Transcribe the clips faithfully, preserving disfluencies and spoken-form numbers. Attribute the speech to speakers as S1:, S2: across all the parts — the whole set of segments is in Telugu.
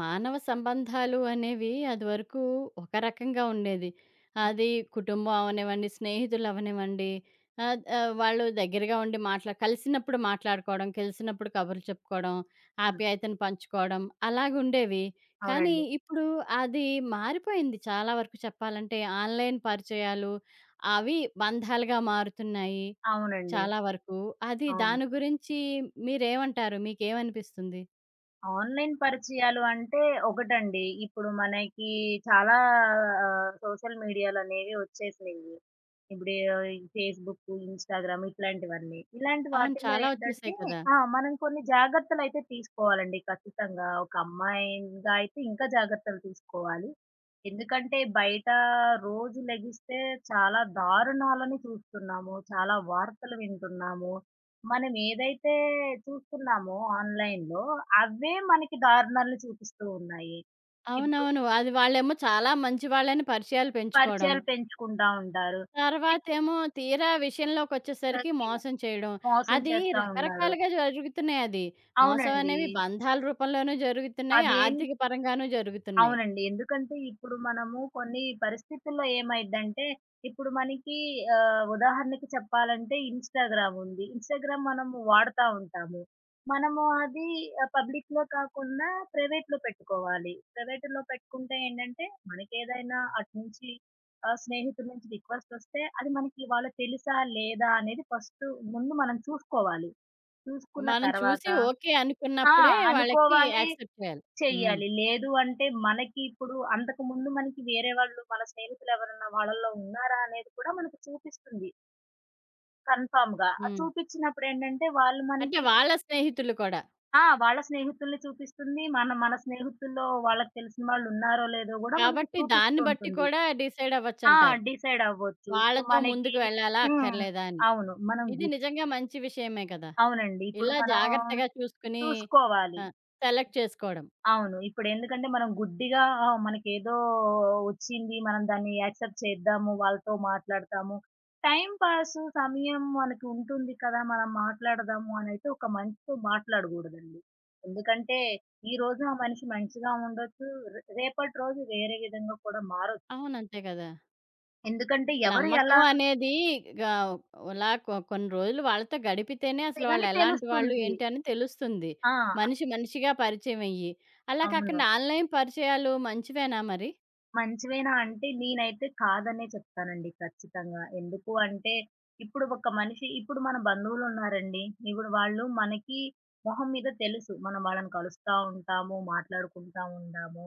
S1: మానవ సంబంధాలు అనేవి అదివరకు ఒక రకంగా ఉండేది. అది కుటుంబం అవనివ్వండి, స్నేహితులు అవనివ్వండి, ఆహ్, ఆహ్, వాళ్ళు దగ్గరగా ఉండి మాట్లా కలిసినప్పుడు మాట్లాడుకోవడం, కలిసినప్పుడు కబుర్లు చెప్పుకోవడం,
S2: హ్మ్.
S1: ఆప్యాయతను పంచుకోవడం అలాగుండేవి. కానీ
S2: అవునండి.
S1: ఇప్పుడు అది మారిపోయింది చాలా వరకు చెప్పాలంటే. ఆన్‌లైన్ పరిచయాలు అవి బంధాలుగా మారుతున్నాయి
S2: అవునండి.
S1: చాలా వరకు. అది
S2: అవును.
S1: దాని గురించి మీరేమంటారు? మీకేమనిపిస్తుంది?
S2: ఆన్‌లైన్ పరిచయాలు అంటే ఒకటండి. ఇప్పుడు మనకి చాలా ఆహ్, సోషల్ మీడియాలనేవి వచ్చేసినియి. ఇప్పుడు ఈ ఫేస్‌బుక్, ఇన్‌స్టాగ్రామ్ ఇట్లాంటివన్నీ. ఇలాంటి
S1: అవును.
S2: వాటిల్లో
S1: చాలా
S2: ఏంటంటే
S1: వచ్చేసాయి కదా!
S2: ఆ! మనం కొన్ని జాగ్రత్తలైతే తీసుకోవాలండి ఖచ్చితంగా. ఒక అమ్మాయిగా అయితే ఇంకా జాగ్రత్తలు తీసుకోవాలి. ఎందుకంటే బయట రోజు లెగిస్తే చాలా దారుణాలను చూస్తున్నాము. చాలా వార్తలు వింటున్నాము. మనం ఏదైతే చూస్తున్నామో ఆన్‌లైన్‌లో, అవే మనకి దారుణాలను చూపిస్తూ ఉన్నాయి. ఇప్పుడు
S1: అవునవును. అది వాళ్ళేమో చాలా మంచి వాళ్ళని పరిచయాలు పెంచుకోవడం.
S2: పరిచయాలు పెంచుకుంటా ఉంటారు. tips
S1: తర్వాతేమో తీరా విషయంలోకొచ్చేసరికి
S2: అడిగి
S1: మోసం చేయడం.
S2: మోసం
S1: అది
S2: చేస్తా ఉన్నారు.
S1: రకరకాలుగా జరుగుతున్నాయది. మోసం
S2: అవునండి.
S1: అనేవి బంధాల రూపంలోనూ జరుగుతున్నాయి.
S2: అదేం
S1: ఆర్థిక పరంగానూ జరుగుతున్నాయి.
S2: అవునండి. ఎందుకంటే ఇప్పుడు మనము కొన్ని పరిస్థితుల్లో ఏమైద్దంటే, ఇప్పుడు మనకి ఆహ్, ఉదాహరణకి చెప్పాలంటే ఇన్‌స్టాగ్రామ్ ఉంది. ఇన్‌స్టాగ్రామ్ మనము వాడుతా ఉంటాము. మనము అది ఆహ్, పబ్లిక్‌లో కాకుండా ప్రైవేట్‌లో పెట్టుకోవాలి. ప్రైవేట్‌లో పెట్టుకుంటే ఏంటంటే, మనకేదైనా అటు నుంచి ఆహ్, స్నేహితుల నుంచి రిక్వెస్టొస్తే అది మనకి వాళ్ళు తెలుసా? లేదా? అనేది ఫస్టు ముందు మనం చూసుకోవాలి. చూసుకున్న
S1: మనం
S2: తర్వాత
S1: చూసి ఓకే
S2: ఆ!
S1: అనుకున్నప్పుడే వాళ్ళకి
S2: అనుకోవాలి
S1: యాక్సెప్ట్ చేయాలి. హ్మ్.
S2: చెయ్యాలి. లేదు అంటే మనకి ఇప్పుడు అంతకుముందు మనకి వేరే వాళ్ళు మన స్నేహితులు ఎవరన్నా వాళ్ళలో ఉన్నారా అనేది కూడా మనకు చూపిస్తుంది కన్ఫర్మ్‌గా. అది
S1: హ్మ్.
S2: చూపించినప్పుడేంటంటే వాళ్ళు
S1: అంటే
S2: మనకి
S1: వాళ్ళ స్నేహితులు కూడా.
S2: ఆ! వాళ్ళ స్నేహితుల్ని చూపిస్తుంది. మన మన స్నేహితుల్లో వాళ్ళకి తెలిసిన వాళ్ళు ఉన్నారో లేదో గూడా మనకి
S1: కాబట్టి
S2: చూపిస్తూ
S1: దాన్ని బట్టి
S2: ఉంటుంది.
S1: కూడా డిసైడ్
S2: ఆ!
S1: అవ్వచ్చంటారు.
S2: డిసైడ్ అవ్వచ్చు. ఇప్పుడు
S1: వాళ్ళతో
S2: మనకి
S1: ముందుకు వెళ్ళాలా?
S2: హ్మ్.
S1: అక్కర్లేదా? అని.
S2: అవును. మనం
S1: ఇది
S2: గు
S1: నిజంగా మంచి విషయమే కదా!
S2: అవునండి. ఇప్పుడు
S1: ఇలా
S2: మనం
S1: జాగ్రత్తగా చూసుకుని
S2: చూసుకోవాలి.
S1: ఆ! సెలెక్ట్ చేసుకోవడం.
S2: అవును. ఇప్పుడెందుకంటే మనం గుడ్డిగా ఆహ్, మనకేదో ఒచ్చింది. మనం దాన్ని యాక్సెప్ట్ చేద్దాము. వాళ్ళతో మాట్లాడతాము. టైమ్ పాసు సమయం మనకి ఉంటుంది కదా! మనం మాట్లాడదాము అనైతే ఒక మనిషితో మాట్లాడగూడదండి. ఎందుకంటే ఈ రోజు ఆ మనిషి మంచిగా ఉండొచ్చు. రే రేపటి రోజు వేరే విధంగా కూడా మారొచ్చు.
S1: అవును. అంతే కదా!
S2: ఎందుకంటే ఎవరు ఎలా
S1: నమ్మకం అనేది గావ్ ఇలా కొ కొన్ని రోజులు వాళ్ళతో గడిపితేనే
S2: అంటే
S1: అసలు
S2: గాని
S1: వాళ్ళు ఎలాంటి వాళ్ళు,
S2: తెలుస్తుంది.
S1: ఏంటి అని తెలుస్తుంది.
S2: ఆ!
S1: మనిషి మనిషిగా పరిచయం అయ్యి. అలా
S2: అవును.
S1: కాకుండా ఆన్‌లైన్ పరిచయాలు మంచివేనా మరి?
S2: మంచివేనా అంటే నేనైతే కాదనే చెప్తానండి ఖచ్చితంగా. ఎందుకు అంటే, ఇప్పుడు ఒక మనిషి ఇప్పుడు మన బంధువులున్నారండి. ఇప్పుడు వాళ్ళు మనకి మొహం మీద తెలుసు. మనం వాళ్ళని కలుస్తా ఉంటాము, మాట్లాడుకుంటా ఉంటాము.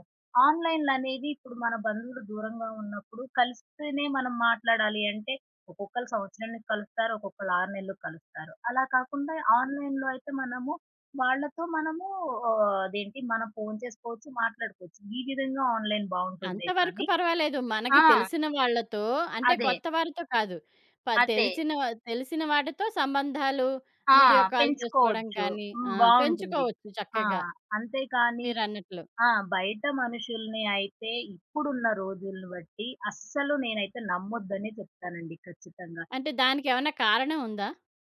S2: ఆన్‌లైన్‌లనేవి ఇప్పుడు మన బంధువులు దూరంగా ఉన్నప్పుడు కలిస్తేనే మనం మాట్లాడాలి అంటే, ఒక్కొక్కళ్ళు సంవత్సరానికి కలుస్తారు. ఒక్కొక్కళ్ళు ఆరు నెలలకు కలుస్తారు. అలా కాకుండా ఆన్‌లైన్‌లో అయితే మనము వాళ్ళతో మనము ఆహ్, అదేంటి మనం ఫోను చేసుకోవచ్చు, మాట్లాడుకోవచ్చు. ఈ విధంగా ఆన్‌లైన్ బావుంటుందే
S1: అంతవరకు
S2: కానీ
S1: పర్వాలేదు. మనకి
S2: ఆ! హ్మ్.
S1: తెలిసిన వాళ్ళతో అంటే
S2: అదే.
S1: కొత్త వారితో కాదు. ప
S2: అదే.
S1: తెరిచిన తెలిసిన వాటితో సంబంధాలు
S2: ఆ!
S1: వీడియో కాల్ చేసుకోవడం
S2: పెంచుకోవచ్చు.
S1: కానీ
S2: హ్మ్.
S1: ఆ!
S2: బావుంటుంది.
S1: పెంచుకోవచ్చు
S2: ఆ!
S1: చక్కగా
S2: అంతేకానీ
S1: మీరన్నట్లు.
S2: ఆ! బయట మనుషుల్ని అయితే ఇప్పుడున్న రోజులను బట్టి అస్సలు నేనైతే నమ్మొద్దనే చెప్తానండి ఖచ్చితంగా.
S1: అంటే దానికేమన్నా కారణం ఉందా?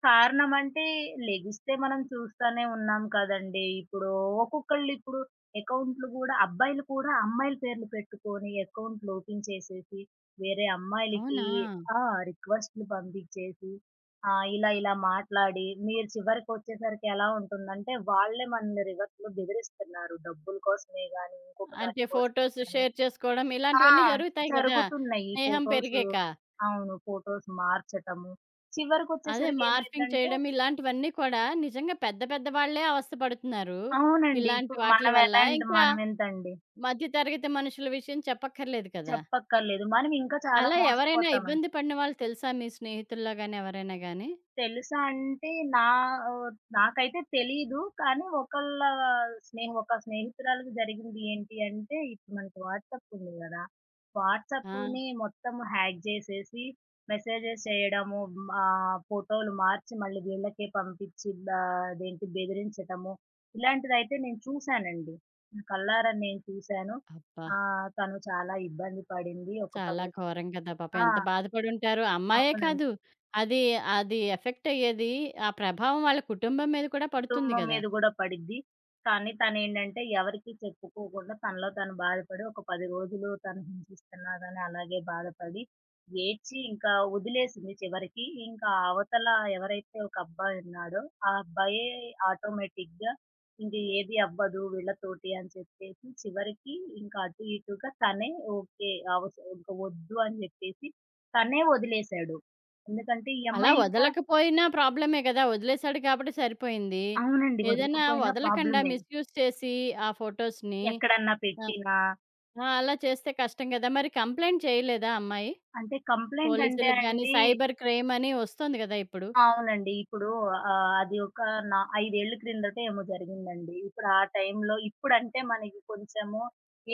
S2: కారణం అంటే, లెగిస్తే మనం చూస్తానే ఉన్నాం కదండీ! ఇప్పుడు ఒక్కొక్కళ్ళిప్పుడు అకౌంట్లు గూడా అబ్బాయిలు కూడా అమ్మాయిల పేర్లు పెట్టుకొని అకౌంట్లు ఓపెన్ చేసేసి, వేరే అమ్మాయిలకి
S1: అవునా?
S2: ఆ! రిక్వెస్ట్‌లు పంపించేసి, ఆహ్, ఇలా ఇలా మాట్లాడి, మీరు చివరికొచ్చేసరికి ఎలా ఉంటుందంటే, వాళ్ళే మనల్ని రివర్స్‌లో బెదిరిస్తున్నారు. డబ్బుల కోసమే గానీ, ఇంకొక దాని
S1: అంటే
S2: కోసమే
S1: ఫోటోస్
S2: గానీ,
S1: షేర్ చేసుకోవడం
S2: ఆ!
S1: ఇలాంటివన్నీ జరుగుతాయి గదా!
S2: జరుగుతున్నాయి. ఈ
S1: స్నేహం
S2: ఫోటోసు
S1: పెరిగాక.
S2: అవును. ఫోటోస్ మార్చటము.
S1: అదే
S2: చివరికొచ్చేసరికి
S1: మార్ఫింగ్
S2: ఏమైద్దంటే
S1: చేయడం ఇలాంటివన్నీ కూడా నిజంగా పెద్ద పెద్ద వాళ్ళే అవస్థ పడుతున్నారు.
S2: అవునండి.
S1: ఇలాంటి
S2: ఇప్పుడు
S1: వాట్లి వల్ల.
S2: మనమెలాంటి
S1: ఇంకా
S2: మనమెంతండి
S1: మధ్య తరగతి మనుషుల విషయం చెప్పక్కర్లేదు కదా!
S2: చెప్పక్కర్లేదు. మనం ఇంకా చాలా
S1: అలా ఎవరైనా
S2: మోసపోతామండి.
S1: ఇబ్బంది పడిన వాళ్ళు తెలుసా మీ స్నేహితుల్లో గాని ఎవరైనా గాని?
S2: తెలుసా అంటే నా ఆహ్, నాకైతే తెలీదు. కానీ ఒకళ్ళ స్నేహ ఒక స్నేహితురాలికి జరిగింది ఏంటి అంటే, ఇప్పుడు మనకి వాట్సాప్ ఉంది గదా!
S1: ఆ!
S2: వాట్సాప్‌ని మొత్తం హ్యాక్ జేసేసి మెసేజెస్ చేయడము, ఆహ్, ఫోటోలు మార్చి మళ్ళీ వీళ్ళకే పంపించి ఆహ్, అదేంటి బెదిరించటము. ఇలాంటిదైతే నేను చూసానండి. నా కళ్ళారా నేను చూసాను.
S1: అబ్బా!
S2: ఆహ్, తను చాలా ఇబ్బంది పడింది. ఒక
S1: చాలా
S2: పది
S1: ఘోరం కదా! పాపం
S2: ఆ!
S1: ఎంత బాధపడుంటారు. అమ్మాయే
S2: అవునండి.
S1: కాదు. అది అది ఎఫెక్ట్ అయ్యేది ఆ ప్రభావం వాళ్ళ కుటుంబం మీద కూడా పడుతుంది
S2: కుటుంబం
S1: కదా!
S2: మీద గూడా పడిద్ది. కానీ తనేంటంటే ఎవరికీ చెప్పుకోకుండా తనలో తను బాధపడి ఒక పది రోజులు తను హింసిస్తున్నారని అలాగే బాధపడి, ఏడ్చి ఇంకా వదిలేసింది చివరికి. ఇంకా అవతల ఎవరైతే ఒక అబ్బాయున్నాడో, ఆ అబ్బాయే ఆటోమేటిక్‌గా ఇంక ఏది అవ్వదు వీళ్ళతోటి అని చెప్పేసి చివరికి ఇంకా అటు ఇటుగా తనే ఓకే. అవస ఇంక వద్దు అని చెప్పేసి తనే వదిలేసాడు. ఎందుకంటే ఈ
S1: అలా
S2: అమ్మాయి ఇంకా
S1: వదలకపోయినా ప్రాబ్లమే కదా! వదిలేసాడు కాబట్టి సరిపోయింది.
S2: అవునండి.
S1: ఏదైనా
S2: వదలకపోయినా
S1: వదలకండా
S2: ప్రాబ్లమే.
S1: మిస్‌యూజ్ చేసి ఆ ఫోటోస్‌ని
S2: ఎక్కడన్నా
S1: ఆ!
S2: పెట్టినా
S1: ఆ! అలా చేస్తే కష్టం కదా! మరి కంప్లెయింట్ చేయలేదా అమ్మాయి?
S2: అంటే కంప్లెయింట్ అంటే
S1: పోలీసులకి గాని,
S2: అండి
S1: సైబర్ క్రైమ్ అని వస్తోంది కదా ఇప్పుడు.
S2: అవునండి. ఇప్పుడు ఆహ్, అది ఒక నా ఐదు ఏళ్ల క్రిందటో ఏమో జరిగిందండి. ఇప్పుడు ఆ టైంలో ఇప్పుడంటే మనకి కొంచెము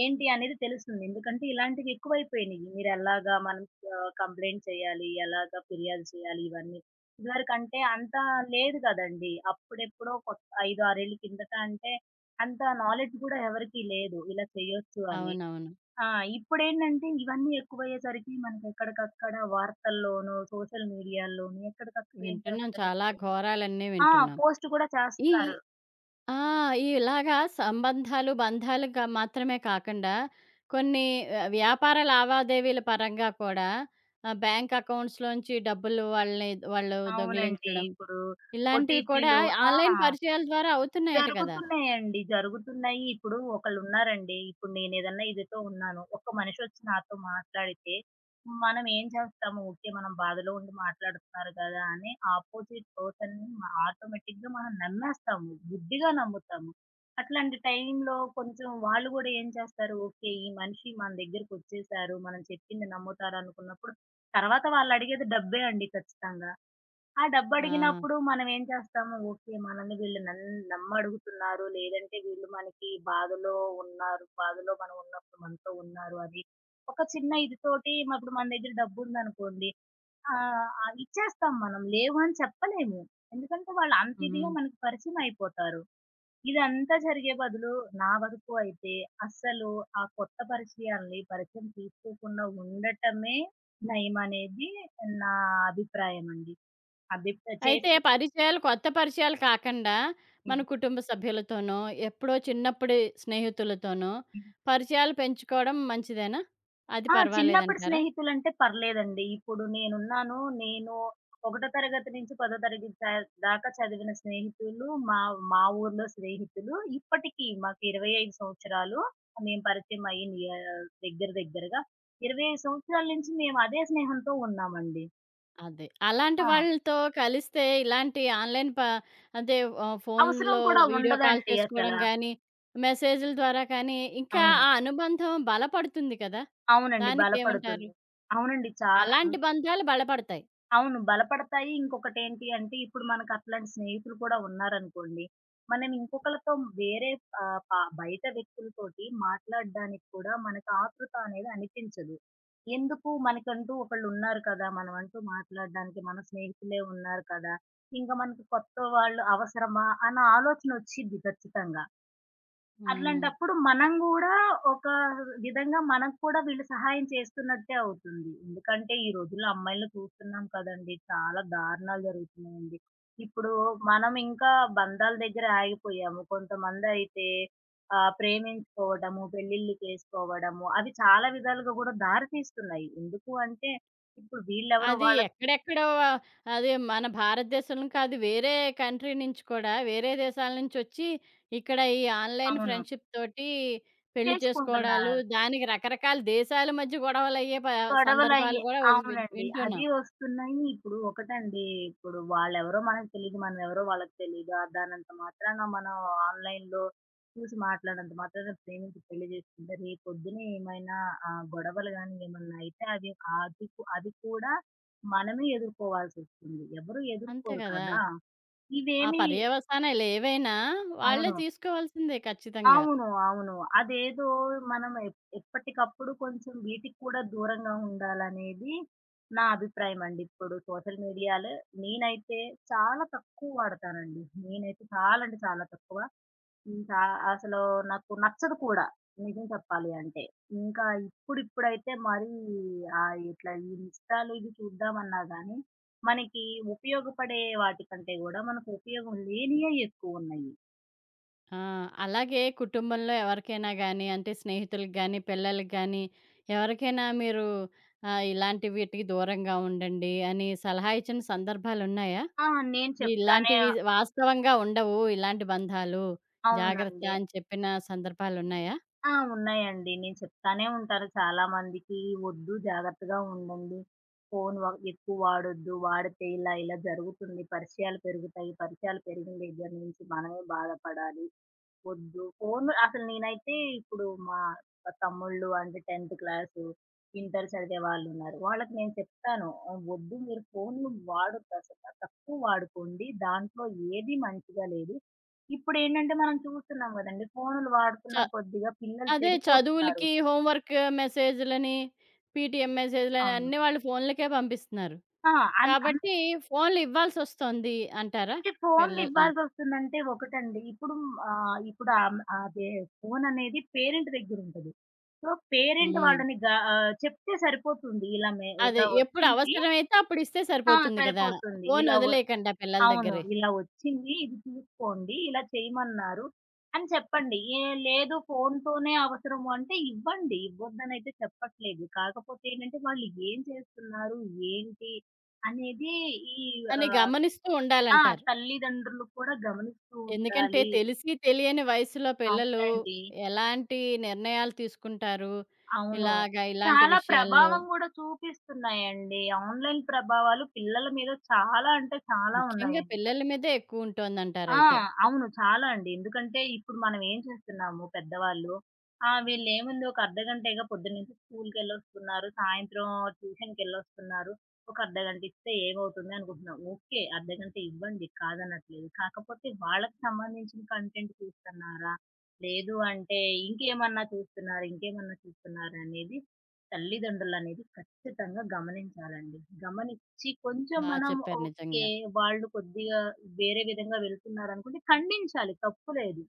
S2: ఏంటి అనేది తెలుస్తుంది. ఎందుకంటే ఇలాంటివి ఎక్కువైపోయినియి. మీరెలాగా మనం ఆహ్, కంప్లెయింట్ చేయాలి, ఎలాగా ఫిర్యాదు చేయాలి ఇవన్నీ. ఇదివరకంటే అంత లేదు గదండీ! అప్పుడెప్పుడో కొత్ ఐదు, ఆరు ఏళ్ల కిందట అంటే అంత నాలెడ్జ్ గూడా ఎవరికీ లేదు. ఇలా చేయొచ్చు అని.
S1: అవునవును.
S2: ఆ! ఇప్పుడేంటంటే ఇవన్నీ ఎక్కువయ్యేసరికి మనకెక్కడికక్కడ వార్తల్లోనూ, సోషల్ మీడియాల్లోనూ ఎక్కడికక్కడ ఏం
S1: వింటున్నాం. చాలా
S2: చేస్తున్నారంటే
S1: ఘోరాలన్నీ
S2: ఆ!
S1: వింటున్నాం.
S2: పోస్ట్ కూడా
S1: ఈ
S2: చేస్తున్నారు.
S1: ఆ! ఇలాగా సంబంధాలు, బంధాలుగా మాత్రమే కాకుండా కొన్ని ఆహ్, వ్యాపార లావాదేవీల పరంగా కూడా ఆహ్, బ్యాంక్ అకౌంట్స్‌లోంచి డబ్బులు వాళ్ళని వాళ్ళు
S2: అవునండి.
S1: దొంగిలించడం,
S2: ఇప్పుడు
S1: ఇలాంటివి కూడా
S2: ఓటీపీలు ఆ!
S1: ఆన్‌లైన్ పరిచయాల ద్వారా అవుతున్నాయట కదా!
S2: జరుగుతున్నాయండి. జరుగుతున్నాయి. ఇప్పుడు ఒకళ్ళున్నారండి. ఇప్పుడు నేనేదన్నా ఇదితో ఉన్నాను. ఒక్క మనిషొచ్చి నాతో మాట్లాడితే మనం ఏం చేస్తాము? ఓకే. మనం బాధలో ఉండి మాట్లాడుతున్నారు కదా! అని ఆపోజిట్ పర్సన్‌ని మ ఆటోమేటిక్‌గా మనం నమ్మేస్తాము. గుడ్డిగా నమ్ముతాము. అట్లాంటి టైంలో కొంచెం వాళ్ళు గూడా ఏం చేస్తారు? ఓకే. ఈ మనిషి మన దగ్గరకొచ్చేసారు. మనం చెప్పింది నమ్ముతారనుకున్నప్పుడు తర్వాత వాళ్ళడిగేది డబ్బే అండి ఖచ్చితంగా. ఆ
S1: ఆ!
S2: డబ్బడిగినప్పుడు మనం ఏం చేస్తాము, ఓకే. మనల్ని వీళ్ళు నన్ నమ్మడుగుతున్నారు. లేదంటే వీళ్ళు మనకి బాధలో ఉన్నారు. బాధలో మనం ఉన్నప్పుడు మనతో ఉన్నారు అని. ఒక చిన్న ఇది తోటి ఇప్పుడు మన దగ్గర డబ్బుందనుకోండి. ఆహ్, ఆహ్, ఇచ్చేస్తాం మనం. లేవు అని చెప్పలేము. ఎందుకంటే వాళ్ళు అంత ఇదిగా
S1: హ్మ్.
S2: మనకి పరిచయం అయిపోతారు. ఇదంతా జరిగే బదులు నా వరకు అయితే అస్సలు ఆ కొత్త పరిచయాల్ని పరిచయం చేసుకోకుండా ఉండటమే నయమనేది నా అభిప్రాయమండి. అభిప్రా
S1: అయితే
S2: చేసి
S1: పరిచయాలు, కొత్త పరిచయాలు కాకుండా మన
S2: హ్మ్.
S1: కుటుంబ సభ్యులతోనో, ఎప్పుడో చిన్నప్పుడి స్నేహితులతోనో
S2: హ్మ్.
S1: పరిచయాలు పెంచుకోవడం మంచిదేనా? అది
S2: ఆ! చిన్నప్పుడు
S1: పర్వాలేదంటారా?
S2: స్నేహితులంటే పర్లేదండి. ఇప్పుడు నేనున్నాను. నేను ఒకటో తరగతి నుంచి పదో తరగతి దా దాకా చదివిన స్నేహితులు మా మా ఊర్లో స్నేహితులు. ఇప్పటికి మాకు ఇరవై ఐదు సంవత్సరాలు మేము పరిచయం అయ్యి ఆహ్, దగ్గర దగ్గరగా ఇరవై ఐదు సంవత్సరాల నుంచి మేము అదే స్నేహంతో ఉన్నామండి.
S1: అదే. అలాంటి
S2: ఆ!
S1: వాళ్ళతో కలిస్తే ఇలాంటి ఆన్‌లైన్ ప అదే ఆహ్,
S2: అవసరం
S1: ఫోన్‌లో
S2: కూడా
S1: వీడియో కాల్
S2: ఉండదండి అసల.
S1: చేసుకోవడం గానీ, మెసేజుల ద్వారా కానీ, ఇంకా
S2: అవును.
S1: ఆ అనుబంధం బలపడుతుంది కదా!
S2: అవునండి.
S1: దానికేమంటారు?
S2: బలపడుతుంది. అవునండి. చాలా.
S1: అలాంటి బంధాలు బలపడతాయి.
S2: అవును. బలపడతాయి. ఇంకొకటేంటి అంటే, ఇప్పుడు మనకట్లాంటి స్నేహితులు కూడా ఉన్నారనుకోండి. మనం ఇంకొకళ్ళతో వేరే ఆహ్, ప బయట వ్యక్తులతోటి మాట్లాడడానికి కూడా మనకు ఆతృత అనేది అనిపించదు. ఎందుకు మనకంటూ ఒకళ్ళున్నారు కదా! మనమంటూ మాట్లాడడానికి మన స్నేహితులే ఉన్నారు కదా! ఇంక మనకు కొత్త వాళ్ళు అవసరమా అన్న ఆలోచనొచ్చిద్ది ఖచ్చితంగా.
S1: హ్మ్.
S2: అట్లాంటప్పుడు మనం గూడా ఒక విధంగా మనకు కూడా వీళ్ళు సహాయం చేస్తున్నట్టే అవుతుంది. ఎందుకంటే ఈ రోజుల్లో అమ్మాయిల్ని చూస్తున్నాం కదండీ! చాలా దారుణాలు జరుగుతున్నాయండి. ఇప్పుడు మనం ఇంకా బంధాల దగ్గర ఆగిపోయాము. కొంతమందయితే ఆహ్, ప్రేమించుకోవడము, పెళ్ళిళ్ళు చేసుకోవడము అవి చాలా విధాలుగా గూడా దారి తీస్తున్నాయి. ఎందుకు అంటే ఇప్పుడు వీళ్ళెవరో
S1: అది
S2: వాళ్ళకి
S1: ఎక్కడెక్కడో అది మన భారతదేశంలో కాదు, వేరే కంట్రీ నుంచి కూడా, వేరే దేశాల నుంచొచ్చి, ఇక్కడ ఈ ఆన్‌లైన్
S2: అవును.
S1: ఫ్రెండ్‌షిప్ తోటి పెళ్లి చేసుకోవడాలు,
S2: చేసుకుంటున్నారు.
S1: దానికి రకరకాల దేశాల మధ్య గొడవలయ్యే ప
S2: గొడవలయ్యి
S1: సందర్భాలు గూడా ఒస్ విన్
S2: అవునండి. అది
S1: వింటున్నాం.
S2: వస్తున్నాయి. ఇప్పుడు ఒకటండి, ఇప్పుడు వాళ్ళెవరో మనకు తెలీదు. మనమెవరో వాళ్ళకి తెలీదు. ఆహ్, దానంత మాత్రాన మనం ఆన్‌లైన్‌లో చూసి మాట్లాడినంత మాత్రాన ప్రేమించి పెళ్లి చేసుకుంటే రేపొద్దున ఏమైనా ఆహ్, గొడవలు గాని ఏమన్నా అయితే అది అది కూ- అది కూడా మనమే ఎదుర్కోవాల్సొస్తుంది. ఎవరు
S1: అంతే
S2: ఎదుర్కోరు
S1: గదా!
S2: కదా!
S1: ఆ
S2: ఇవేమి
S1: పర్యవసానాలేవైనా వాళ్ళే
S2: అవును.
S1: తీసుకోవాల్సిందే ఖచ్చితంగా.
S2: అవును. అవును. అదేదో మనం ఎప్ ఎప్పటికప్పుడు కొంచెం వీటికి కూడా దూరంగా ఉండాలనేది నా అభిప్రాయం అండి. ఇప్పుడు సోషల్ మీడియాలో నేనైతే చాలా తక్కువ వాడతానండి. నేనైతే చాలా అంటే చాలా తక్కువ. చా అసలు నాకు నచ్చదు కూడా నిజం చెప్పాలి అంటే. ఇంకా ఇప్పుడిప్పుడైతే మరీ ఆహ్, ఇట్లా ఈ ఇన్‌స్టాలు ఇవి చూద్దామన్నా గానీ, మనకి ఉపయోగపడే వాటికంటే గూడా మనకు ఉపయోగం లేనియే ఎక్కువున్నయి.
S1: ఆ! అలాగే కుటుంబంలో ఎవరికైనా గానీ, అంటే స్నేహితులకి గానీ, పిల్లలకి గానీ, ఎవరికైనా మీరు ఆహ్, ఇలాంటి వీటికి దూరంగా ఉండండి అని సలహా ఇచ్చిన సందర్భాలున్నాయా?
S2: ఆ! నేను చెప్తానే
S1: ఇలాంటివి వాస్తవంగా ఉండవు, ఇలాంటి బంధాలు జాగ్రత్త
S2: అవునండి.
S1: అని చెప్పిన సందర్భాలున్నాయా?
S2: ఆ! ఉన్నాయండి. నేను చెప్తానే ఉంటాను చాలామందికి, "వద్దు జాగ్రత్తగా ఉండండి. ఫోను వ ఎక్కువ వాడొద్దు. వాడితే ఇలా ఇలా జరుగుతుంది. పరిచయాలు పెరుగుతాయి. పరిచయాలు పెరిగిన దగ్గర నుంచి మనమే బాధపడాలి. వద్దు ఫోను." అసలు నేనైతే ఇప్పుడు మా తమ్ముళ్ళు అంటే టెన్త్ క్లాసు, ఇంటర్ చదివే వాళ్ళున్నారు. వాళ్ళకి నేను చెప్తాను, ఆహ్, "వద్దు మీరు ఫోన్లు వాడొద్దసల. తక్కువ వాడుకోండి. దాంట్లో ఏది మంచిగా లేదు. ఇప్పుడేంటంటే మనం చూస్తున్నాం గదండీ! ఫోనులు
S1: చ
S2: వాడుతున్న కొద్దిగా పిల్లలు
S1: అదే
S2: చెడిపోతున్నారు.
S1: చదువులకి, హోంవర్క్ మెసేజ్‌లని, పీటీఎం మెసేజ్‌లని
S2: అవును.
S1: అన్నీ వాళ్ళు ఫోన్లకే పంపిస్తున్నారు.
S2: ఆ! అన్
S1: కాబట్టి ఫోన్లు ఇవ్వాల్సొస్తోంది అంటారా?
S2: అంటే ఫోనులు
S1: పిల్లల ఆ!
S2: ఇవ్వాల్సొస్తుందంటే ఒకటండి. ఇప్పుడు ఆహ్, ఇప్పుడు ఆహ్, అదే ఫోననేది పేరెంట్ దగ్గరుంటది. సో, పేరెంట్
S1: హ్మ్.
S2: వాళ్ళని గా ఆహ్, చెప్తే సరిపోతుంది. ఇలా మే
S1: అదే.
S2: ఇలా
S1: ఎప్పుడు
S2: ఒచ్చింది.
S1: అవసరమైతే అప్పుడిస్తే
S2: ఆ!
S1: సరిపోతుంది గదా!
S2: సరిపోతుంది.
S1: ఫోను
S2: ఇలా
S1: వదిలేయకండి ఆ పిల్లల
S2: అవును.
S1: దగ్గరే
S2: ఇలా వచ్చింది. ఇది తీసుకోండి. ఇలా చేయమన్నారు అని చెప్పండి. ఏ లేదు ఫోనుతోనే అవసరము అంటే ఇవ్వండి. ఇవ్వొద్దనైతే చెప్పట్లేదు. కాకపోతే ఏంటంటే వాళ్ళు ఏం చేస్తున్నారు? ఏంటి? అనేది ఈ
S1: అని
S2: ఆహ్,
S1: గమనిస్తూ
S2: ఆ!
S1: ఉండాలంటారు.
S2: తల్లిదండ్రులు కూడా గమనిస్తూ
S1: ఎందుకంటే
S2: ఉండాలి.
S1: తెలిసి తెలియని వయసులో పిల్లలు
S2: అవునండి.
S1: ఎలాంటి నిర్ణయాలు తీసుకుంటారు.
S2: అవును.
S1: ఇలాగ ఇలాంటి
S2: చాలా
S1: విషయాల్లో
S2: ప్రభావం గూడా చూపిస్తున్నాయండి. ఆన్‌లైన్ ప్రభావాలు పిల్లల మీద చాలా అంటే చాలా
S1: ముఖ్యంగా
S2: ఉన్నాయండి.
S1: పిల్లల మీదే
S2: ఆ!
S1: ఎక్కువుంటోందంటారయితే.
S2: అవును. చాలా అండి. ఎందుకంటే ఇప్పుడు మనం ఏం చేస్తున్నాము పెద్దవాళ్ళు, ఆ! వీళ్ళేముంది ఒక అర్ధగంటేగా పొద్దున్నుంచి స్కూలుకెళ్ళొస్తున్నారు. సాయంత్రం ట్యూషన్‌కెళ్ళొస్తున్నారు. ఒక అర్ధగంట ఇస్తే ఏమవుతుంది అనుకుంటున్నాం. ఓకే. అర్ధగంట ఇవ్వండి కాదనట్లేదు. కాకపోతే వాళ్ళకి సంబంధించిన కంటెంట్ చూస్తున్నారా? లేదు అంటే ఇంకేమన్నా చూస్తున్నారా? ఇంకేమన్నా చూస్తున్నారా? అనేది తల్లిదండ్రులనేది ఖచ్చితంగా గమనించాలండి. గమనిచ్చి కొంచెం
S1: బా
S2: మనం
S1: చెప్పారు
S2: ఓకే.
S1: నిజంగా.
S2: వాళ్ళు కొద్దిగా వేరే విధంగా వెళ్తున్నారనుకుంటే ఖండించాలి తప్పు లేదు.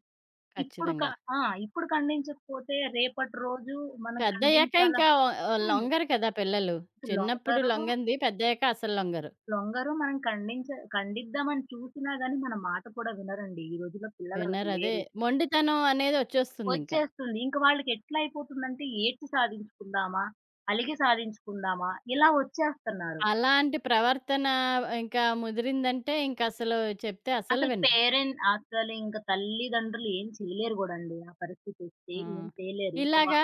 S2: ఇప్పుడు క
S1: ఖచ్చితంగా.
S2: ఆ! ఇప్పుడు ఖండించకపోతే రేపటి రోజు మనం
S1: పెద్దయ్యాక
S2: ఖండించాలా
S1: ఇంకా ఒ ఒ-
S2: హ్మ్.
S1: లొంగరు కదా పిల్లలు. చిన్నప్పుడు
S2: లొంగరు,
S1: లొంగంది పెద్దయ్యాక అసలు లొంగరు.
S2: లొంగరు మనం ఖండించ ఖండిద్దామని చూసినా గాని మన మాట కూడా వినరండి. ఈ రోజుల్లో పిల్లలు అలా
S1: వినరదే
S2: లేరు.
S1: మొండితనం అనేదొచ్చేస్తుందింక.
S2: వచ్చేస్తుంది. ఇంక వాళ్ళకి ఎట్లా అయిపోతుందంటే ఏడ్చి సాధించుకుందామా? అలిగి సాధించుకుందామా? ఇలా వచ్చేస్తున్నారు.
S1: అలాంటి ప్రవర్తన ఇంకా ముదిరిందంటే ఇంకసలు చెప్తే అసలు
S2: అసలు
S1: వినరు.
S2: పేరెంట్ అసలు ఇంక తల్లిదండ్రులు ఏం చేయలేరు గూడండి. ఆ పరిస్థితొస్తే
S1: ఆ!
S2: ఏం చేయలేరు. ఇంక వా
S1: ఇలాగా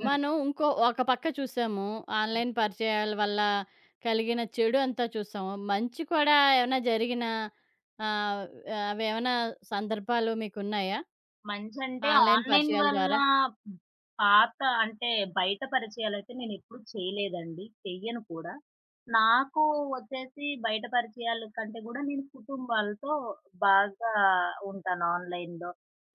S2: హ్మ్.
S1: మనం ఇంకో ఒక పక్క చూసాము. ఆన్‌లైన్ పరిచయాల వల్ల కలిగిన చెడు అంతా చూసాము. మంచి కూడా ఏమైనా జరిగిన ఆహ్, అవేమైనా సందర్భాలు మీకున్నాయా?
S2: మంచంటే
S1: ఆన్‌లైన్
S2: ఆన్‌లైన్
S1: పరిచయాల
S2: వల్ల
S1: ద్వారా?
S2: పాత అంటే బయట పరిచయాలయితే నేనెప్పుడు చేయలేదండి. చెయ్యను కూడా. నాకు వచ్చేసి బయట పరిచయాల కంటే గూడా నేను కుటుంబాలతో బాగా ఉంటాను ఆన్‌లైన్‌లో.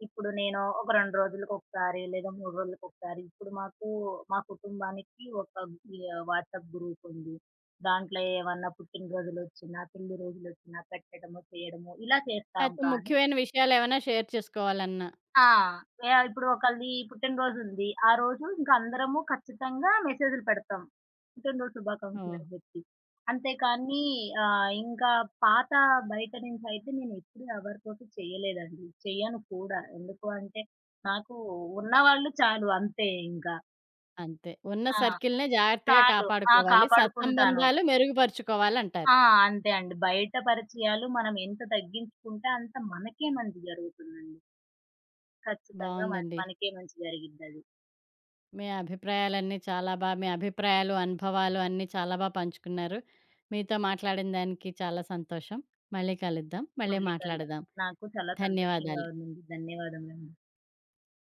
S2: ఇప్పుడు నేను ఒక రెండు రోజులకొకసారి లేదా మూడు రోజులకొకసారి ఇప్పుడు మాకు మా కుటుంబానికి ఒక ఆహ్, వాట్సాప్ గ్రూపుంది. దాంట్లో ఏమన్నా పుట్టినరోజులొచ్చినా, పెళ్లి రోజులొచ్చినా పెట్టడము, చేయడము ఇలా చేస్తాం
S1: లేతే
S2: కానీ
S1: ముఖ్యమైన విషయాలేమైనా షేర్ చేసుకోవాలన్నా?
S2: ఆ! యాహ్! ఇప్పుడు ఒకళ్ళది పుట్టినరోజుంది. ఆ రోజు ఇంక అందరము ఖచ్చితంగా మెసేజులు పెడతాం. పుట్టినరోజు
S1: ఓహ్!
S2: శుభాకాంక్షలని చెప్పి. అంతేకానీ ఆహ్, ఇంకా పాత బయట నుంచయితే నేనెప్పుడు ఎవరితోటి చెయ్యలేదండి. చెయ్యను కూడా. ఎందుకు అంటే, నాకు ఉన్నవాళ్ళు చాలు అంతే ఇంక.
S1: అంతే. ఉన్న
S2: ఆ!
S1: సర్కిల్‌నే జాగ్రత్తగా
S2: చాలు. ఆ!
S1: కాపాడుకోవాలి.
S2: కాపాడుకుంటాను.
S1: సత్సంబంధాలు మెరుగుపరుచుకోవాలంటారు.
S2: ఆ! అంతే అండి. బయట పరిచయాలు మనం ఎంత తగ్గించుకుంటే అంత మనకే మంచి జరుగుతుందండి. ఖచ్చితంగా మన
S1: బావుందండి.
S2: మనకే మంచి జరిగిద్దది.
S1: మీ అభిప్రాయాలన్నీ చాలా బాగా మీ అభిప్రాయాలు, అనుభవాలు అన్నీ చాలా బాగా పంచుకున్నారు. మీతో మాట్లాడిన దానికి చాలా సంతోషం. మళ్ళీ కలుద్దాం. మళ్ళీ
S2: మళ్ళీ కలుద్దాం.
S1: మాట్లాడదాం.
S2: నాకు చాలా సంతోషంగా
S1: ధన్యవాదాలు.
S2: ఉందండి. ధన్యవాదములండి.